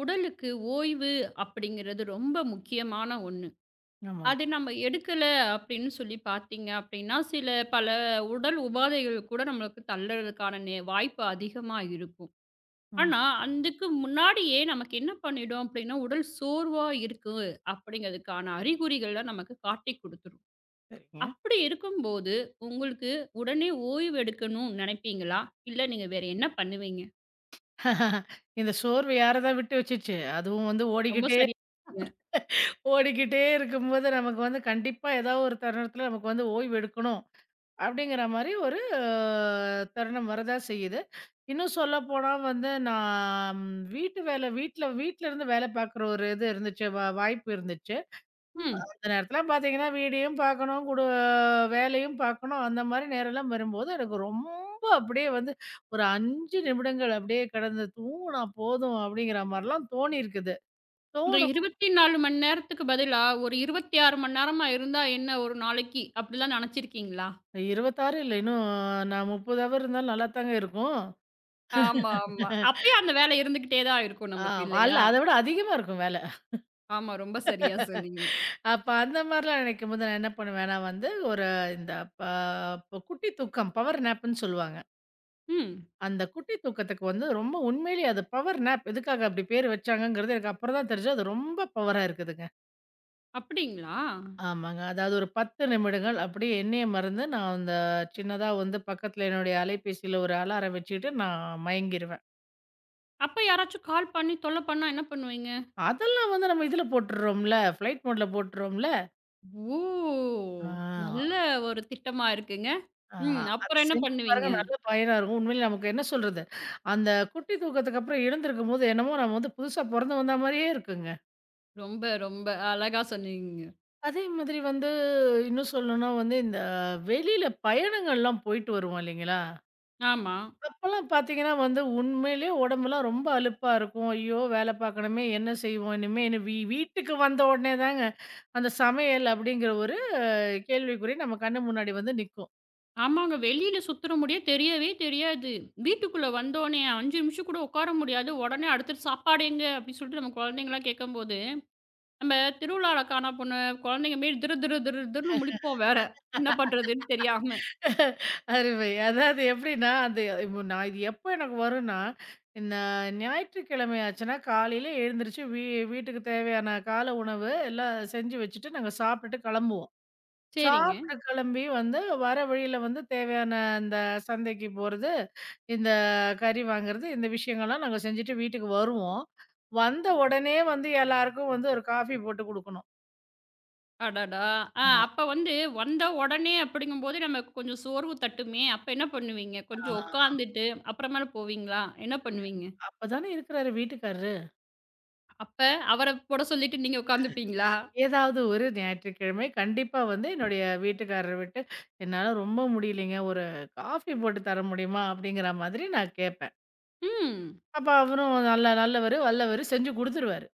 உடலுக்கு ஓய்வு அப்படிங்கிறது ரொம்ப முக்கியமான ஒண்ணு. ஆமாங்க. அது நம்ம எடுக்கல அப்படின்னு சொல்லி பார்த்தீங்க அப்படின்னா, சில பல உடல் உபாதைகள் கூட நம்மளுக்கு தள்ளறதுக்கான வாய்ப்பு அதிகமா இருக்கும். ம். ஆனா, அதுக்கு முன்னாடியே நமக்கு என்ன பண்ணிடும் அப்படின்னா, உடல் சோர்வா இருக்கு அப்படிங்கிறதுக்கான அறிகுறிகள நமக்கு காட்டிக் குடுத்துரும். சரிங்க. அப்படி இருக்கும்போது, உங்களுக்கு உடனே ஓய்வு எடுக்கணும்னு நினைப்பீங்களா? இல்ல நீங்க வேற என்ன பண்ணுவீங்க? இந்த சோர்வு யார தான் விட்டு வச்சுச்சு. அதுவும் வந்து ரொம்ப ஓடிக்கிட்டே சரியா சொன்னீங்க. ஓடிக்கிட்டே இருக்கும்போது நமக்கு வந்து கண்டிப்பா ஏதாவது ஒரு தருணத்துல நமக்கு வந்து ஓய்வு எடுக்கணும். அப்படிங்கிற மாரி ஒரு தருணம் வரதா செய்யுது. இன்னும் சொல்லப்போனா வந்து நான் வீட்டு வேல வீட்ல வீட்ல இருந்து வேலை பார்க்குற ஒரு இது இருந்துச்சு. வாய்ப்பு இருந்துச்சு. ம். அந்த நேரத்துல பார்த்தீங்கன்னா, வீடியும் பார்க்கணும், வேலையும் பார்க்கணும். அந்த மாரி நேரம்லாம் வரும்போது, எனக்கு ரொம்ப அப்படியே வந்து ஒரு 5 நிமிடங்கள் அப்படியே கடந்து தூங்குனா போதும் அப்படிங்கிற மாரிலாம் தோணியிருக்குது. இந்த தோணும் 24 மணி நேரத்துக்கு பதிலா, ஒரு 26 மணி நேரமா இருந்தா என்ன ஒரு நாளைக்கு, அப்படிலாம் நெனச்சிருக்கீங்களா? 26 இல்ல, இன்னும் நான் 30 ஹவர் இருந்தாலும் நல்லாத்தாங்க இருக்கும். ஆமா, ஆமா. அப்பயும் அந்த வேலை இருந்துகிட்டே தான் இருக்கும் ஆ, நமக்கு அல்ல இல்லையா? அத விட அதிகமா இருக்கும் வேல. ஆமா, ரொம்ப சரியா சொன்னீங்க. அப்ப அந்த மாரிலாம் நினைக்கும்போது நான் என்ன பண்ணுவேன்னா வந்து, ஒரு இந்த ப ப- குட்டி தூக்கம் பவர் நேப்புன்னு சொல்லுவாங்க. ம். அந்த குட்டி தூக்கத்துக்கு வந்து ரொம்ப உண்மையிலேயே அது பவர் நேப் எதுக்காக அப்படி பேர் வச்சாங்கங்கிறது எனக்கு அப்புறம் தான் தெரிஞ்சு அது ரொம்ப பவரா இருக்குதுங்க. அப்படிங்களா? ஆமாங்க. அதாவது ஒரு 10 நிமிடங்கள் அப்படியே என்னைய மறந்து நான் அந்த சின்னதா வந்து பக்கத்துல என்னுடைய அலைபேசியில ஒரு அலாரம் வச்சுட்டு நான் மயங்கிருவேன். அப்ப யாராச்சும் கால் பண்ணி தொல்ல பண்ணா என்ன பண்ணுவீங்க? அதெல்லாம் வந்து நம்ம இதுல போட்டுடுறோம்ல, ஃப்ளைட் மோட்ல போட்டுடுறோம்ல. ஓ! ஆ, நல்ல ஒரு திட்டமா இருக்குங்க. ஆ, ம். அத அப்புறம் என்ன செஞ்சு பண்ணுவீங்க? பாருங்க நல்ல பயனா இருக்கும். உண்மையிலே நமக்கு என்ன சொல்றது, அந்த குட்டி தூக்கத்துக்கு அப்புறம் எழுந்திருக்கும்போது என்னமோ நம்ம வந்து புதுசா பொறந்து வந்த மாரியே இருக்குங்க. ரொம்ப, ரொம்ப அழகா சொன்னீங்க. அதே மாதிரி வந்து இன்னும் சொல்லணும்னா வந்து, இந்த வெளியில பயணங்கள்லாம் போயிட்டு வருவோம் இல்லைங்களா? ஆமா. அப்பலாம் பார்த்தீங்கன்னா வந்து உண்மையிலேயே உடம்பெல்லாம் ரொம்ப அலுப்பா இருக்கும். ஐயோ! வேலை பார்க்கணுமே, என்ன செய்வோம் இனிமே? இனி வீட்டுக்கு வந்த உடனே தாங்க, அந்த சமையல் அப்படிங்கிற ஒரு கேள்விக்குறி நம்ம கண்ணு முன்னாடி வந்து நிக்கும். ஆமாங்க. வெளியில சுத்துற முடியே தெரியவே தெரியாது. வீட்டுக்குள்ள வந்தோனே 5 நிமிஷம் கூட உட்கார முடியாது. உடனே அடுத்தது சாப்பாடு எங்க? அப்டின்னு சொல்லிட்டு நம்ம குழந்தைங்கலாம் கேட்கும்போது, நம்ம திருவிழால காணா போன குழந்தைங்க மாரி திரு திரு திரு திருன்னு முழிப்போம் வேற. என்ன பண்றதுன்னு தெரியாம. அருமை. அதாவது எப்படின்னா, அது நான் இது எப்போ எனக்கு வரும்னா, இந்த ஞாயிற்றுக்கிழமை ஆச்சுன்னா காலையில எழுந்திரிச்சு வீட்டுக்கு தேவையான காலை உணவு எல்லாம் செஞ்சு வச்சுட்டு, நாங்க சாப்பிட்டுட்டு கிளம்புவோம். சரிங்க. சாப்பிட்டு கிளம்பி வந்து வர வழியில வந்து தேவையான அந்த சந்தைக்கு போறது, இந்த கறி வாங்குறது, இந்த விஷயங்கள்லாம் நாங்க செஞ்சுட்டு வீட்டுக்கு வருவோம். வந்த உடனே வந்து எல்லாருக்கும் வந்து ஒரு காஃபி போட்டு குடுக்கணும். அடடா! ஆ ஆ, அப்ப வந்து வந்த உடனே அப்படிங்கும்போது நமக்கு கொஞ்சம் சோர்வு தட்டுமே. அப்ப என்ன பண்ணுவீங்க? கொஞ்சம் ஆ. உட்காந்துட்டு அப்புறமேல போவீங்களா? என்ன பண்ணுவீங்க? அப்பதானே இருக்கிறாரு வீட்டுக்காரரு. அப்ப அவர போட சொல்லிட்டு நீங்க உட்காந்துப்பீங்களா? ஏதாவது ஒரு ஞாயிற்றுக்கிழமை கண்டிப்பா வந்து என்னுடைய வீட்டுக்காரர விட்டு, "என்னால ரொம்ப முடியலைங்க. ஒரு காஃபி போட்டு தர முடியுமா?" அப்படிங்கிற மாதிரி நான் கேட்பேன். ம். அப்ப அவரும் நல்ல நல்லவரு, வல்லவரு செஞ்சு குடுத்துருவாரு.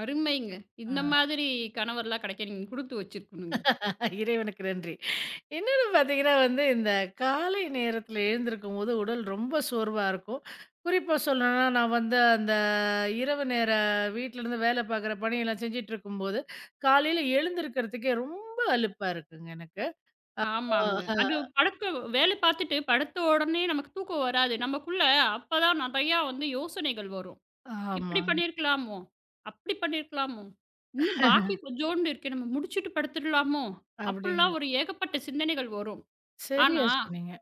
அருமைங்க. ஆ. இந்த மாதிரி கணவர்லாம் கிடைக்க நீங்க குடுத்து வச்சிருக்கணுங்க. இறைவனுக்கு நன்றி. இன்னொன்னு பார்த்தீங்கன்னா வந்து, இந்த காலை நேரத்தில எழுந்திருக்கும்போது உடல் ரொம்ப சோர்வா இருக்கும். குறிப்பா சொல்லணும்னா, நான் வந்து அந்த இரவு நேர வீட்லருந்து வேலை பார்க்குற பணியெல்லாம் செஞ்சுட்ருக்கும்போது, காலையில எழுந்திருக்கிறதுக்கே ரொம்ப அலுப்பா இருக்குங்க எனக்கு. ஓ! ஆமாங்க. அஹ. அது படுக்க வேலை பார்த்துட்டு படுத்த உடனே நமக்கு தூக்கம் வராது. நமக்குள்ள அப்பதான் நெறையா வந்து யோசனைகள் வரும். "இப்படி ஆமாங்க. பண்ணியிருக்கலாமோ? அப்படி பண்ணியிருக்கலாமோ? இன்னும் பாக்கி கொஞ்சோண்டு இருக்கே. நம்ம முடிச்சுட்டு படுத்துடலாமோ?" அப்படிலாம் அப்படிங்க. ஒரு ஏகப்பட்ட சிந்தனைகள் வரும். ஆனா, சரியா சொன்னீங்க.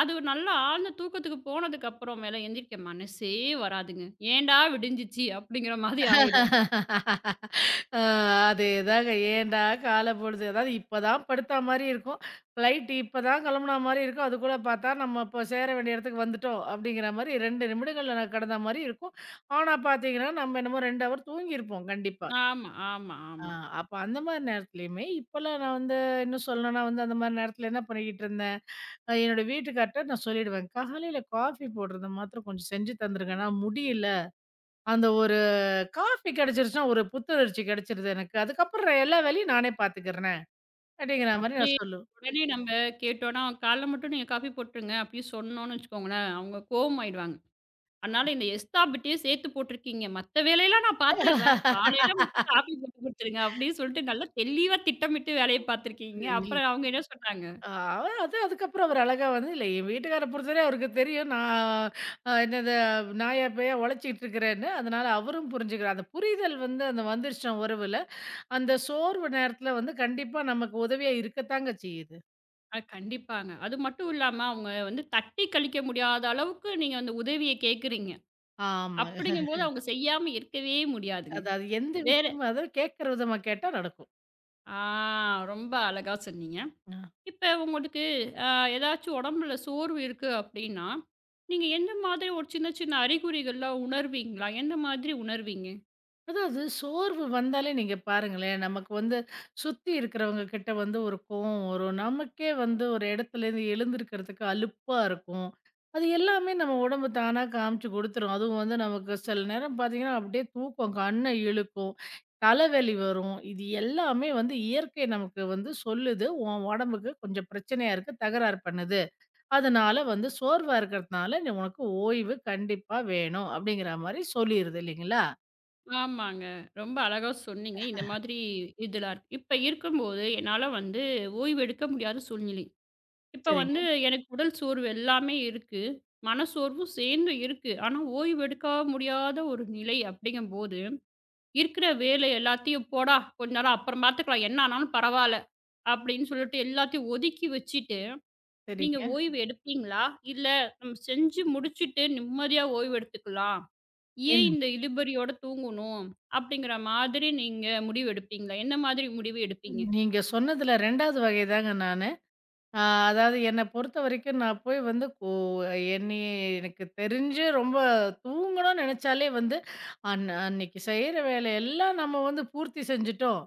அது நல்லா ஆழ்ந்த தூக்கத்துக்கு போனதுக்கு அப்புறம் மேல எந்திரிக்க மனசே வராதுங்க. "ஏன்டா விடிஞ்சிச்சு?" அப்படிங்கிற மாதிரி ஆயிடும். ஆ, அதேதாங்க. ஏன்டா காலம் பொழுது அதாவது இப்பதான் படுத்தா மாரி இருக்கும். ஃப்ளைட் இப்பதான் கிளம்புனா மாரி இருக்கும். அதுக்குள்ள பார்த்தா நம்ம இப்போ சேர வேண்டிய இடத்துக்கு வந்துட்டோம் அப்படிங்கிற மாரி 2 நிமிடங்கள்ல நான் கடந்த மாரி இருக்கும். ஆனா பார்த்தீங்கன்னா, நம்ம என்னமோ 2 ஹவர் தூங்கியிருப்போம் கண்டிப்பா. ஆமா, ஆமா, ஆ, ஆமா. அப்ப அந்த மாரி நேரத்துலயுமே இப்பலாம் நான் வந்து இன்னும் சொல்லணும்னா வந்து அந்த மாரி நேரத்துல என்ன பண்ணிக்கிட்டு இருந்தேன், என்னோட வீட்டுக்கார்ட்ட நான் சொல்லிடுவேன். காலையில காஃபி போடுறது மாத்திரம் கொஞ்சம் செஞ்சு தந்துருங்க. நான் முடியல. அந்த ஒரு காஃபி கிடைச்சிருச்சுன்னா, ஒரு புத்துணர்ச்சி கிடைச்சிருது எனக்கு. அதுக்கப்புறம் எல்லா வேலையும் நானே பார்த்துக்கிறேன். அப்படிங்கிற மாரி அப்படி நான் சொல்லுவேன். உடனே நம்ம கேட்டோம்னா, "காலைல மட்டும் நீங்க காஃபி போட்டுருங்க" அப்படின்னு சொன்னோம்னு வச்சுக்கோங்களேன், அவங்க கோவமாயிடுவாங்க. அதனால இந்த எஸ்தாப்பிட்டயே சேர்த்து போட்டுருக்கீங்க. மத்த வேலையெல்லாம் நான் பார்த்துடுறேன். காலையில மட்டும் காஃபி போட்டு குடுத்துருங்க அப்படின்னு சொல்லிட்டு நல்லா தெளிவா திட்டமிட்டு வேலைய பார்த்துருக்கீங்க. இல் அப்புறம் அவங்க என்ன சொன்னாங்க? அ அது அதுக்கப்புறம் அவர் அழகா வந்து இல்ல என் வீட்டுக்கார பொறுத்தவரையும் அவருக்கு தெரியும். நான் அ என்னது நாயா பேயா உழைச்சிட்டு இருக்கிறேன்னு. அதனால அவரும் புரிஞ்சுக்கிறார். அந்த புரிதல் வந்து அந்த வந்துருச்சுனா உறவுல, அந்த சோர்வு நேரத்தில வந்து கண்டிப்பா நமக்கு உதவியா இருக்கத்தாங்க செய்யுது. கண்டிப்பாங்க. அது மட்டும் இல்லாம அவங்க வந்து தட்டி கழிக்க முடியாத அளவுக்கு நீங்க அந்த உதவிய கேட்குறீங்க. ஆமாங்க. அப்படிங்கும்போது அவங்க செய்யாம இருக்கவே முடியாதுங்க. அதாவது எந்த வேற விஷயமா அதாவது கேட்கிற விதமா கேட்டா நடக்கும். ஆ ரொம்ப அழகா சொன்னீங்க. அ. இப்ப உங்களுக்கு அ ஏதாச்சும் உடம்புல சோர்வு இருக்கு அப்டின்னா, நீங்க எந்த மாதிரி ஒரு சின்ன சின்ன அறிகுறிகள்லாம் உணர்வீங்களா? எந்த மாதிரி உணர்வீங்க? அதாவது சோர்வு வந்தாலே நீங்க பாருங்களேன், நமக்கு வந்து சுத்தி இருக்கிறவங்க கிட்ட வந்து ஒரு கோவம் வரும். நமக்கே வந்து ஒரு இடத்துலேருந்து எழுந்திருக்கிறதுக்கு அலுப்பா இருக்கும். அது எல்லாமே நம்ம உடம்பு தானா காமிச்சு குடுத்துரும். அதுவும் வந்து நமக்கு சில நேரம் பார்த்தீங்கன்னா, அப்படியே தூக்கம் கண்ண இழுக்கும். தலைவலி வரும். இது எல்லாமே வந்து இயற்கை நமக்கு வந்து சொல்லுது. உன் உடம்புக்கு கொஞ்சம் பிரச்சனையா இருக்கு. தகராறு பண்ணுது. அதனால வந்து சோர்வா இருக்கிறதுனால, "நீ உனக்கு ஓய்வு கண்டிப்பா வேணும்." அப்படிங்கிற மாரி சொல்லிருது இல்லைங்களா? ஆமாங்க. ரொம்ப அழகா சொன்னீங்க. இந்த மாதிரி இதெல்லாம் இருக்கு. இப்ப இருக்கும்போது என்னால வந்து ஓய்வு எடுக்க முடியாத சூழ்நிலை. இப்ப சரிங்க, வந்து எனக்கு உடல் சோர்வு எல்லாமே இருக்கு. மனச்சோர்வும் சேர்ந்து இருக்கு. ஆனா ஓய்வு எடுக்க முடியாத ஒரு நிலை அப்டிங்கும்போது, இருக்கிற வேலை எல்லாத்தையும் "போடா! கொஞ்ச நேரம் அப்புறம் பார்த்துக்கலாம். என்ன ஆனாலும் பரவால்ல" அப்டின்னு சொல்லிட்டு எல்லாத்தையும் ஒதுக்கி வச்சுட்டு நீங்க சரிங்க. ஓய்வு எடுப்பீங்களா? இல்ல நம்ம செஞ்சு முடிச்சுட்டு நிம்மதியா ஓய்வு எடுத்துக்கலாம். ஏன் ஏன்னா இந்த இழுபறியோட தூங்கணும்? அப்படிங்கிற மாதிரி நீங்க முடிவு எடுப்பீங்களா? என்ன மாதிரி முடிவு எடுப்பீங்க? நீங்க சொன்னதுல 2வது வகை தாங்க நானு. அ அதாவது என்ன பொறுத்தவரைக்கும் நான் போய் வந்து என்னைய எனக்கு தெரிஞ்சு ரொம்ப தூங்கணும்னு நெனச்சாலே வந்து, அன்னைக்கு செய்ற வேலையெல்லாம் நம்ம வந்து பூர்த்தி செஞ்சுட்டோம்.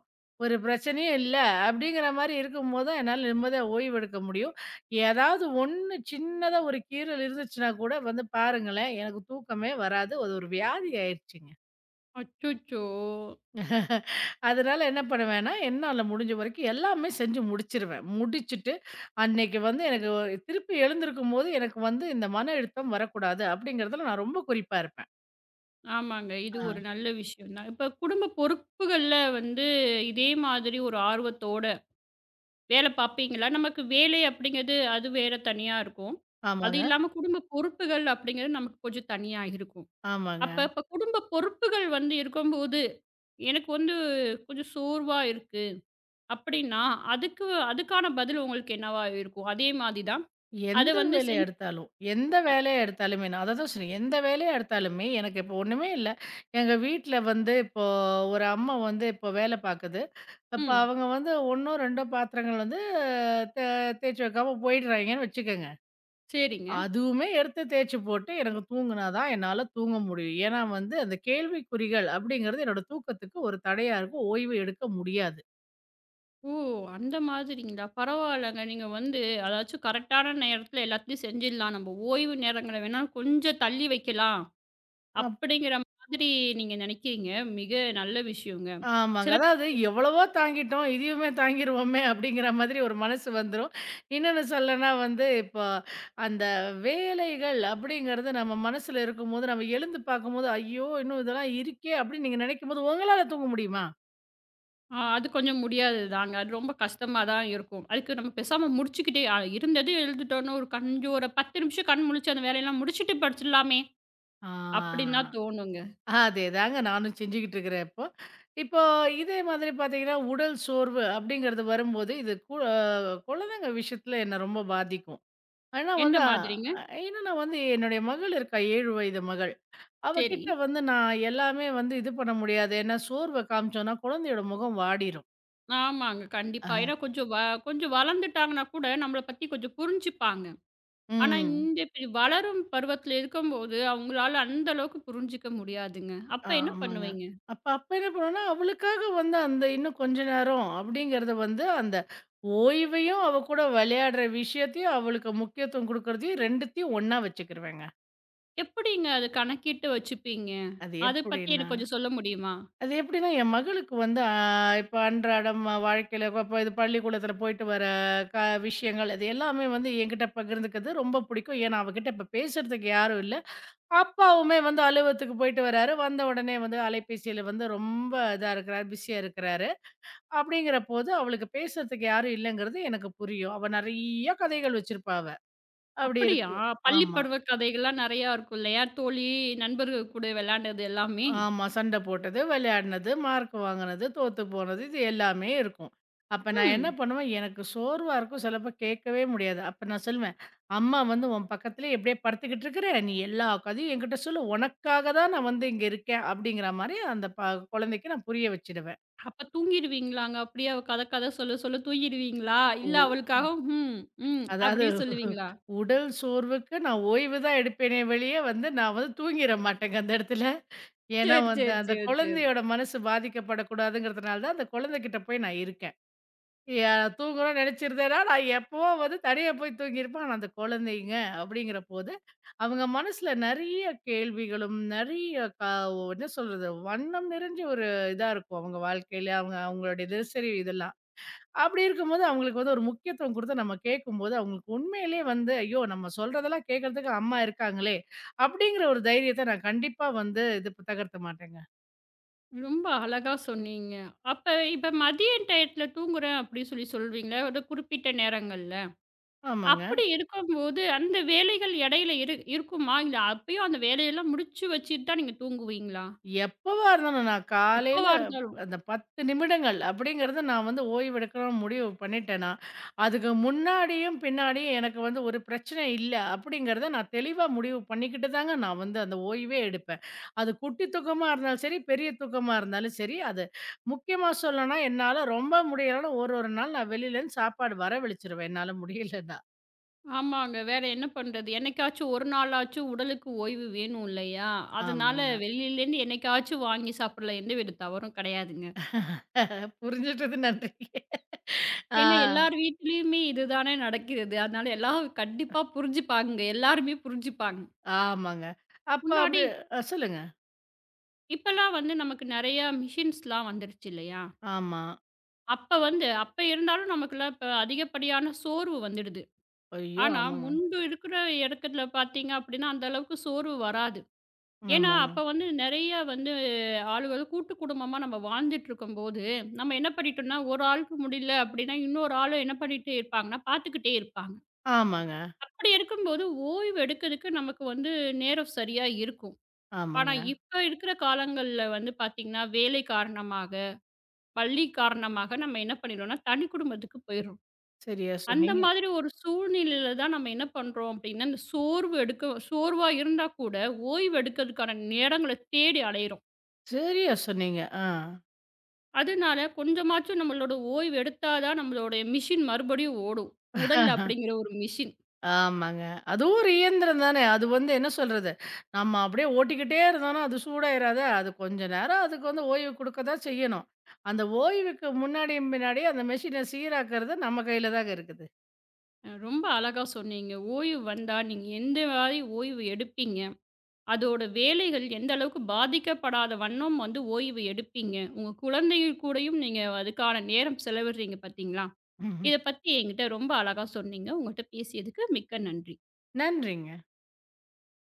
ஒரு பிரச்சனையும் இல்ல. அப்படிங்கிற மாரி இருக்கும்போது தான் என்னால நிம்மதியா ஓய்வெடுக்க முடியும். ஏதாவது ஒண்ணு சின்னதா ஒரு கீறல் இருந்துச்சுன்னா கூட வந்து பாருங்களேன், எனக்கு தூக்கமே வராது. அது ஒரு வியாதி ஆயிருச்சுங்க. அச்சச்சோ! அதனால என்ன பண்ணுவேன்னா, என்னால முடிஞ்ச வரைக்கும் எல்லாமே செஞ்சு முடிச்சிருவேன். முடிச்சுட்டு, அன்னைக்கு வந்து எனக்கு திருப்பி எழுந்திருக்கும்போது, எனக்கு வந்து இந்த மன அழுத்தம் வரக்கூடாது அப்படிங்கிறதுல நான் ரொம்ப குறிப்பா இருப்பேன். ஆமாங்க. இது ஆ, ஒரு நல்ல விஷயம் தான். இப்ப குடும்ப பொறுப்புகள்ல வந்து இதே மாதிரி ஒரு ஆர்வத்தோட வேலை பார்ப்பீங்களா? நமக்கு வேலை அப்படிங்கிறது அது வேற தனியா இருக்கும். அது ஆமாங்க. இல்லாம குடும்ப பொறுப்புகள் அப்படிங்கிறது நமக்கு கொஞ்சம் தனியா இருக்கும். அப்ப ஆமாங்க. அப்ப குடும்ப பொறுப்புகள் வந்து இருக்கும்போது, எனக்கு வந்து கொஞ்சம் சோர்வா இருக்கு அப்படின்னா, அதுக்கு அதுக்கான பதில் உங்களுக்கு என்னவா இருக்கும்? அதே மாதிரி தான். அத எந்த வந்து வேலைய எடுத்தாலும், எந்த வேலைய எடுத்தாலுமே நான் அததான் சொன்னேன். எந்த வேலைய எடுத்தாலுமே எனக்கு இப்போ ஒண்ணுமே இல்ல. எங்க வீட்ல வந்து இப்போ ஒரு அம்மா வந்து இப்போ வேலை பாக்குது. அப்ப ம். அவங்க வந்து 1ஓ 2ஓ பாத்திரங்கள் வந்து தே தேய்ச்சு வைக்காம போயிடுறாய்ங்கன்னு வச்சுக்கங்க. சரிங்க. அதுவுமே எடுத்து தேய்ச்சு போட்டு எனக்கு தூங்குனா தான் என்னால தூங்க முடியும். ஏன்னா வந்து அந்த கேள்விக்குறிகள் அப்படிங்கிறது என்னோட தூக்கத்துக்கு ஒரு தடையா இருக்கும். ஓய்வு எடுக்க முடியாது. ஓ! அந்த மாதிரிங்களா? பரவால்லங்க. நீங்க வந்து அதாச்சும் கரெக்ட்டான நேரத்துல எல்லாத்தையும் செஞ்சிடலாம். நம்ம ஓய்வு நேரங்கள வேணா கொஞ்சம் தள்ளி வைக்கலாம். அப் அப்படிங்கிற மாதிரி நீங்க நினைக்கிறீங்க. மிக நல்ல விஷயங்க. ஆமாங்க. சில அதாவது எவ்வளவோ தாங்கிட்டோம். இதையுமே தாங்கிருவோமே அப்படிங்கிற மாதிரி ஒரு மனசு வந்துரும். இன்னொன்னு சொல்லனா வந்து இப்போ அந்த வேலைகள் அப்படிங்கிறது நம்ம மனசுல இருக்கும்போது, நம்ம எழுந்து பார்க்கும்போது, ஐயோ! இன்னும் இதெல்லாம் இருக்கே அப்படின்னு நீங்க நினைக்கும்போது உங்களால தூங்க முடியுமா? ஆ, அது கொஞ்சம் முடியாததுதாங்க. அது ரொம்ப கஷ்டமா தான் இருக்கும். அதுக்கு நம்ம பேசாம முடிச்சுக்கிட்டே இருந்தது எழுதிட்டோம்னா, ஒரு கொஞ்சம் 10 நிமிஷம் கண் முழிச்சு அந்த வேலையெல்லாம் முடிச்சுட்டு படிச்சிடலாமே! ஆ. அப்படின்னு தான் தோணுங்க. அதேதாங்க நானும் செஞ்சுகிட்டு இருக்கிறேன் இப்போ. இப்போ இதே மாதிரி பார்த்தீங்கன்னா, உடல் சோர்வு அப்படிங்கிறது வரும்போது, இது கு அ குழந்தைங்க விஷயத்தில என்ன ரொம்ப பாதிக்கும். ஆனா எந்த வந்து அ மாதிரிங்க? ஏன்னா நான் வந்து என்னுடைய மகள் இருக்கா 7 வயது மகள். அவ சரி. கிட்ட வந்து நான் எல்லாமே வந்து இது பண்ண முடியாது. ஏன்னா சோர்வ காமிச்சோம்னா குழந்தையோட முகம் வாடிரும். ஆமாங்க. கண்டிப்பா. அ. ஏன்னா கொஞ்சம் கொஞ்சம் வளர்ந்துட்டாங்கன்னா கூட நம்மள பத்தி கொஞ்சம் புரிஞ்சுப்பாங்க. ஆனா ம். இந்த இப்படி வளரும் பருவத்தில இருக்கும்போது, அவங்களால அந்த அளவுக்கு புரிஞ்சுக்க முடியாதுங்க. அப்ப என்ன ஆமாங்க. பண்ணுவீங்க? அப்ப அப்ப என்ன பண்ணுவோம்னா, அவளுக்காக வந்து அந்த இன்னும் கொஞ்ச நேரம் அப்படிங்கிறத வந்து, அந்த ஓய்வையும், அவ கூட விளையாடுற விஷயத்தையும், அவளுக்கு முக்கியத்துவம் குடுக்குறதையும் 2த்தையும் ஒண்ணா வச்சுக்கிருவேங்க. எப்படிங்க அத கணக்கிட்டு வச்சுப்பீங்க? அது அத பத்தி எப்படின்னா எனக்கு கொஞ்சம் சொல்ல முடியுமா? அது எப்படின்னா, என் மகளுக்கு வந்து இப்ப அன்றாடம் வாழ்க்கையில இப்ப இது பள்ளிக்கூடத்தில போயிட்டு வர க விஷயங்கள் இது எல்லாமே வந்து என்கிட்ட பகிர்ந்துக்கிறது ரொம்ப பிடிக்கும். ஏன்னா, அவகிட்ட இப்ப பேசுறதுக்கு யாரும் இல்ல. அப்பாவுமே வந்து அலுவலகத்துக்கு போயிட்டு வராரு. வந்த உடனே வந்து அலைபேசியில வந்து ரொம்ப இதா இருக்கிறார், பிஸியா இருக்கிறாரு. அப்படிங்கிற போது, அவளுக்கு பேசுறதுக்கு யாரும் இல்லங்கிறது எனக்கு புரியும். அவ நெறைய கதைகள் வச்சிருப்பா அவ. அப்படி அப்படியா? இருக்கும். பள்ளி ஆமா. பருவ கதைகள்லாம் நெறையா இருக்கும் இல்லையா? தோழி, நண்பர்கள் கூட விளையாண்டது எல்லாமே? ஆமா. சண்ட போட்டது, விளையாடுனது, மார்க் வாங்குனது, தோத்து போனது இது எல்லாமே இருக்கும். அப்ப நான் என்ன ம். பண்ணுவேன், எனக்கு சோர்வா இருக்கும். சிலப்ப கேட்கவே முடியாது. அப்ப நான் சொல்லுவேன், "அம்மா வந்து உன் பக்கத்திலேயே எப்படியே படுத்துக்கிட்டு இருக்கிற. நீ எல்லா கதையும் என்கிட்ட சொல்லு. உனக்காக தான் நான் வந்து இங்க இருக்கேன்." அப்படிங்கிற மாரி அந்த குழந்தைக்கு நான் புரிய வச்சுடுவேன். அப்ப தூங்கிடுவீங்களாங்க? அப்படியே அவ கத கத சொல்ல சொல்ல தூங்கிடுவீங்களா? ஓ! இல்ல அவளுக்காக ம், ம் அதாவது அப்படியே சொல்லுவீங்களா? உடல் சோர்வுக்கு நான் ஓய்வு தான் எடுப்பேனே வெளிய வந்து நான் வந்து தூங்கிற மாட்டேங்க அந்த இடத்துல. ஏன்னா சரி, வந்து சரி, அந்த சரி, சரி. குழந்தையோட மனசு பாதிக்கப்படக்கூடாதுங்கிறதுனால தான் அந்த குழந்தைகிட்ட போய் நான் இருக்கேன். யா தூங்கணும்னு நினைச்சிருந்தேன்னா, நான் எப்பவோ வந்து தனியா போய் தூங்கியிருப்பேன். ஆனா அந்த குழந்தைங்க அப்படிங்கிற போது, அவங்க மனசுல நெறைய கேள்விகளும், நெறைய க என்ன சொல்றது? வண்ணம் நிறைஞ்ச ஒரு இதா இருக்கும் அவங்க வாழ்க்கையில. அவங்க அவங்களுடைய தினசரி இதெல்லாம். அப்படி இருக்கும்போது அவங்களுக்கு வந்து ஒரு முக்கியத்துவம் குடுத்து நம்ம கேட்கும்போது, அவங்களுக்கு உண்மையிலேயே வந்து, "ஐயோ! நம்ம சொல்றதெல்லாம் கேட்கறதுக்கு அம்மா இருக்காங்களே!" அப்படிங்கிற ஒரு தைரியத்த நான் கண்டிப்பா வந்து தகர்த்த மாட்டேங்க. ரொம்ப அழகா சொன்னீங்க. அப்ப இப்ப மதிய டயத்துல தூங்குறேன் அப்படின்னு சொல்வீங்களா? ஒரு குறிப்பிட்ட நேரங்கள்ல. ஆமாங்க. அப்படி இருக்கும்போது அந்த வேலைகள் இடையில இருக்குமா? இல்ல அப்பயும் அந்த வேலையெல்லாம் முடிச்சு வச்சுட்டு தான் நீங்க தூங்குவீங்களா? எப்பவா இருந்தாலும் நான் காலையில எப்பவா இருந்தாலும்? அந்த 10 நிமிடங்கள் அப்படிங்கிறத நான் வந்து ஓய்வெடுக்கணும்னு முடிவு பண்ணிட்டேன்னா, அதுக்கு முன்னாடியும், பின்னாடியும் எனக்கு வந்து ஒரு பிரச்சனை இல்ல அப்படிங்கிறத நான் தெளிவா முடிவு பண்ணிக்கிட்டு தாங்க நான் வந்து அந்த ஓய்வே எடுப்பேன். அது குட்டி தூக்கமா இருந்தாலும் சரி, பெரிய தூக்கமா இருந்தாலும் சரி, அது முக்கியமா சொல்லணும்னா என்னால ரொம்ப முடியலன்னா ஒரு ஒரு நாள் நான் வெளியிலேருந்து சாப்பாடு வரவழிச்சுருவேன் என்னால முடியலன்னா. ஆமாங்க. வேற என்ன பண்றது? என்னைக்காச்சும் ஒரு நாளாச்சும் உடலுக்கு ஓய்வு வேணும் இல்லையா? அதனால ஆமாங்க. வெளியிலேருந்து என்னைக்காச்சும் வாங்கி சாப்பிடலாம். எந்த வித தவறும் கிடையாதுங்க. புரிஞ்சுட்டது நன்றி. ஆ, ஏன்னா எல்லார் வீட்லயுமே இதுதானே நடக்கிறது. அதனால எல்லாரும் கண்டிப்பா புரிஞ்சுப்பாங்க. எல்லாருமே புரிஞ்சுப்பாங்க. ஆமாங்க. அப்ப முன்னாடி அப்படி சொல்லுங்க. இப்பலாம் வந்து நமக்கு நெறையா மிஷின்ஸ்லாம் வந்துருச்சு இல்லையா? ஆமா. அப்ப இருந்தாலும் நமக்குலாம் இப்ப அதிகப்படியான சோர்வு வந்துடுது. ஐயோ! ஆனா ஆமாங்க. முன்பு இருக்கிற இடத்துல பார்த்தீங்க அப்படின்னா, அந்த அளவுக்கு சோர்வு வராது. ஏன்னா, ஆமாங்க. அப்ப வந்து நெறைய வந்து ஆளுகள் கூட்டு குடும்பமா நம்ம வாழ்ந்துட்டுருக்கும்போது, நம்ம என்ன பண்ணிட்டோம்னா, ஒரு ஆளுக்கு முடியல அப்படின்னா, இன்னொரு ஆளும் என்ன பண்ணிட்டே இருப்பாங்கன்னா, பார்த்துக்கிட்டே இருப்பாங்க. ஆமாங்க, அப்படி இருக்கும்போது ஓய்வு எடுக்கிறதுக்கு நமக்கு வந்து நேரம் சரியா இருக்கும். ஆனா, ஆமாங்க. இப்ப இருக்கிற காலங்கள்ல வந்து பார்த்தீங்கன்னா, வேலை காரணமாக, பள்ளி காரணமாக நம்ம என்ன பண்ணிடுறோம்னா, தனி குடும்பத்துக்கு போயிடுறோம். சரியா அந்த சொன்னீங்க. மாதிரி ஒரு சூழ்நிலையில தான் நம்ம என்ன பண்றோம் அப்படின்னா, இந்த சோர்வு எடுக்க சோர்வா இருந்தா கூட ஓய்வு எடுக்கிறதுக்கான நேரங்கள தேடி அலையிறோம். சரியா சொன்னீங்க. ஆ. அதனால கொஞ்சமாச்சும் நம்மளோட ஓய்வு எடுத்தா தான் நம்மளுடைய மிஷின் மறுபடியும் ஓடும். உடல் அப்படிங்கிற ஒரு மிஷின். ஆமாங்க. அதுவும் ஒரு இயந்திரம் தானே. அது வந்து என்ன சொல்றது? நம்ம அப்படியே ஓட்டிக்கிட்டே இருந்தோம்னா, அது சூடாயிராதா? அது கொஞ்ச நேரம் அதுக்கு வந்து ஓய்வு குடுக்க தான் செய்யணும். அந்த ஓய்வுக்கு முன்னாடியும், பின்னாடியும் அந்த மெஷின சீராக்குறது நம்ம கையில தாங்க இருக்குது. ரொம்ப அழகா சொன்னீங்க. ஓய்வு வந்தா நீங்க எந்த மாதிரி ஓய்வு எடுப்பீங்க? அதோட வேலைகள் எந்த அளவுக்கு பாதிக்கப்படாத வண்ணம் வந்து ஓய்வு எடுப்பீங்க? உங்க குழந்தைகள் கூடயும் நீங்க அதுக்கான நேரம் செலவிடுறீங்க பார்த்தீங்களா? ம்ஹ்ம். இத பத்தி என்கிட்ட ரொம்ப அழகா சொன்னீங்க. உங்கட்ட பேசியதுக்கு மிக்க நன்றி. நன்றிங்க.